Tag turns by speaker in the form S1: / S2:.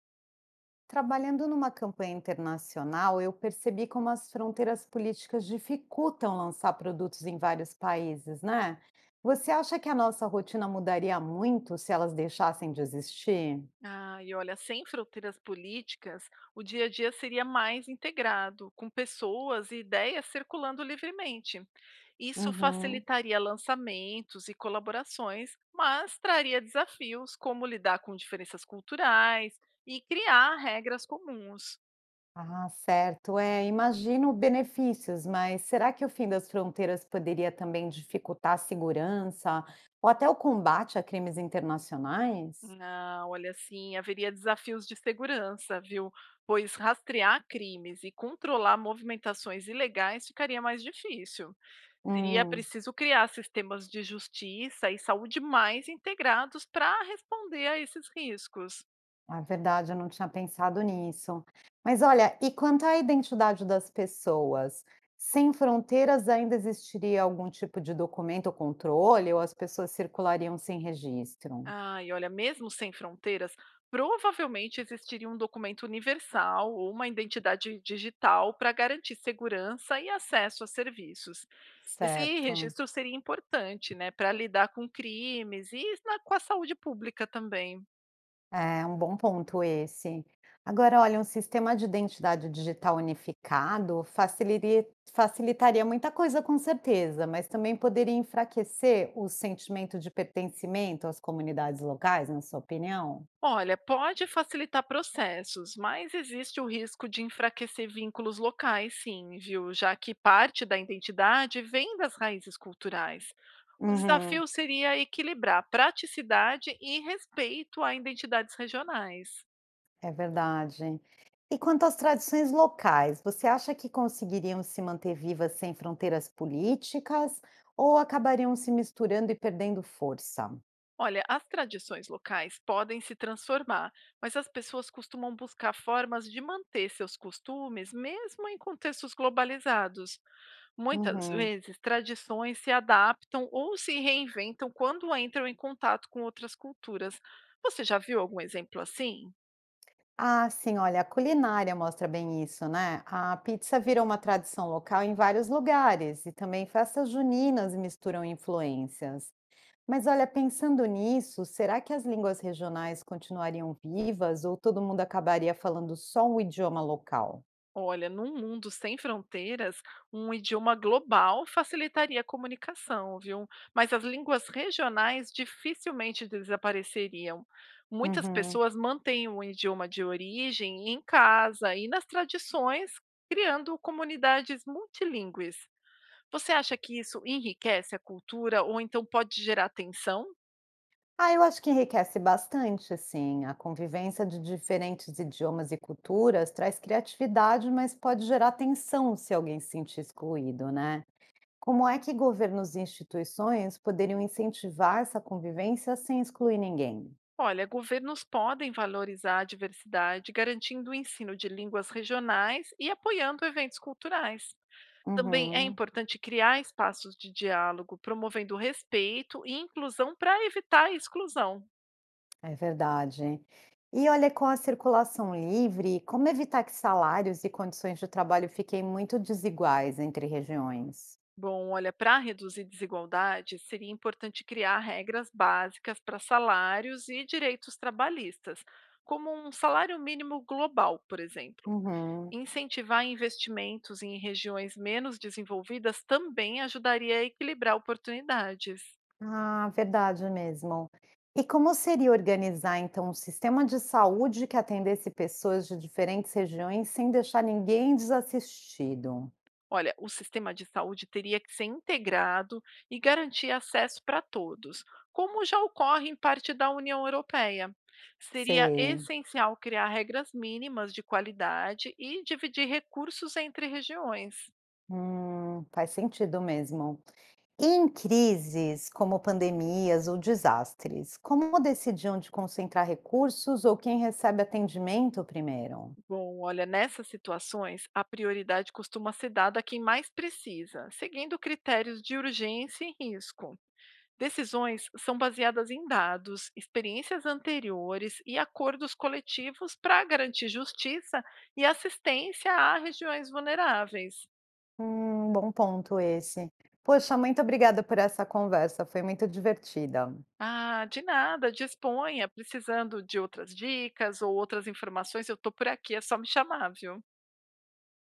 S1: Trabalhando numa campanha internacional, eu percebi como as fronteiras políticas dificultam lançar produtos em vários países, né? Você acha que a nossa rotina mudaria muito se elas deixassem de existir?
S2: Ah, e olha, sem fronteiras políticas, o dia a dia seria mais integrado, com pessoas e ideias circulando livremente. Isso
S1: Uhum.
S2: facilitaria lançamentos e colaborações, mas traria desafios como lidar com diferenças culturais e criar regras comuns.
S1: Ah, certo. É, imagino benefícios, mas será que o fim das fronteiras poderia também dificultar a segurança ou até o combate a crimes internacionais?
S2: Ah, olha, sim, haveria desafios de segurança, viu? Pois rastrear crimes e controlar movimentações ilegais ficaria mais difícil. Seria
S1: Hum.
S2: preciso criar sistemas de justiça e saúde mais integrados para responder a esses riscos.
S1: É verdade, eu não tinha pensado nisso. Mas olha, e quanto à identidade das pessoas? Sem fronteiras ainda existiria algum tipo de documento ou controle, ou as pessoas circulariam sem registro?
S2: Ah, e olha, mesmo sem fronteiras, provavelmente existiria um documento universal ou uma identidade digital para garantir segurança e acesso a serviços. Esse
S1: Certo.
S2: registro seria importante, né, para lidar com crimes e com a saúde pública também.
S1: É um bom ponto esse. Agora, olha, um sistema de identidade digital unificado facilitaria muita coisa, com certeza, mas também poderia enfraquecer o sentimento de pertencimento às comunidades locais, na sua opinião?
S2: Olha, pode facilitar processos, mas existe o risco de enfraquecer vínculos locais, sim, viu? Já que parte da identidade vem das raízes culturais. O
S1: Uhum.
S2: desafio seria equilibrar praticidade e respeito a identidades regionais.
S1: É verdade. E quanto às tradições locais, você acha que conseguiriam se manter vivas sem fronteiras políticas ou acabariam se misturando e perdendo força?
S2: Olha, as tradições locais podem se transformar, mas as pessoas costumam buscar formas de manter seus costumes, mesmo em contextos globalizados. Muitas
S1: Uhum.
S2: vezes, tradições se adaptam ou se reinventam quando entram em contato com outras culturas. Você já viu algum exemplo assim?
S1: Ah, sim, olha, a culinária mostra bem isso, né? A pizza virou uma tradição local em vários lugares e também festas juninas misturam influências. Mas olha, pensando nisso, será que as línguas regionais continuariam vivas ou todo mundo acabaria falando só o idioma local?
S2: Olha, num mundo sem fronteiras, um idioma global facilitaria a comunicação, viu? Mas as línguas regionais dificilmente desapareceriam. Muitas
S1: Uhum.
S2: pessoas mantêm o idioma de origem em casa e nas tradições, criando comunidades multilingües. Você acha que isso enriquece a cultura ou então pode gerar tensão?
S1: Ah, eu acho que enriquece bastante, sim. A convivência de diferentes idiomas e culturas traz criatividade, mas pode gerar tensão se alguém se sentir excluído, né? Como é que governos e instituições poderiam incentivar essa convivência sem excluir ninguém?
S2: Olha, governos podem valorizar a diversidade, garantindo o ensino de línguas regionais e apoiando eventos culturais. Também é
S1: Uhum,
S2: importante criar espaços de diálogo, promovendo respeito e inclusão para evitar a exclusão.
S1: é verdade. E olha, com a circulação livre, como evitar que salários e condições de trabalho fiquem muito desiguais entre regiões?
S2: Bom, olha, para reduzir desigualdade, seria importante criar regras básicas para salários e direitos trabalhistas, como um salário mínimo global, por exemplo.
S1: Uhum.
S2: Incentivar investimentos em regiões menos desenvolvidas também ajudaria a equilibrar oportunidades.
S1: Ah, verdade mesmo. E como seria organizar então um sistema de saúde que atendesse pessoas de diferentes regiões sem deixar ninguém desassistido?
S2: Olha, o sistema de saúde teria que ser integrado e garantir acesso para todos, como já ocorre em parte da União Europeia. Seria
S1: Sei.
S2: essencial criar regras mínimas de qualidade e dividir recursos entre regiões.
S1: Faz sentido mesmo. E em crises, como pandemias ou desastres, como decidir onde concentrar recursos ou quem recebe atendimento primeiro?
S2: Bom, olha, nessas situações, a prioridade costuma ser dada a quem mais precisa, seguindo critérios de urgência e risco. Decisões são baseadas em dados, experiências anteriores e acordos coletivos para garantir justiça e assistência a regiões vulneráveis.
S1: Bom ponto esse. Poxa, muito obrigada por essa conversa, foi muito divertida.
S2: Ah, de nada, disponha. Precisando de outras dicas ou outras informações, eu estou por aqui, é só me chamar, viu?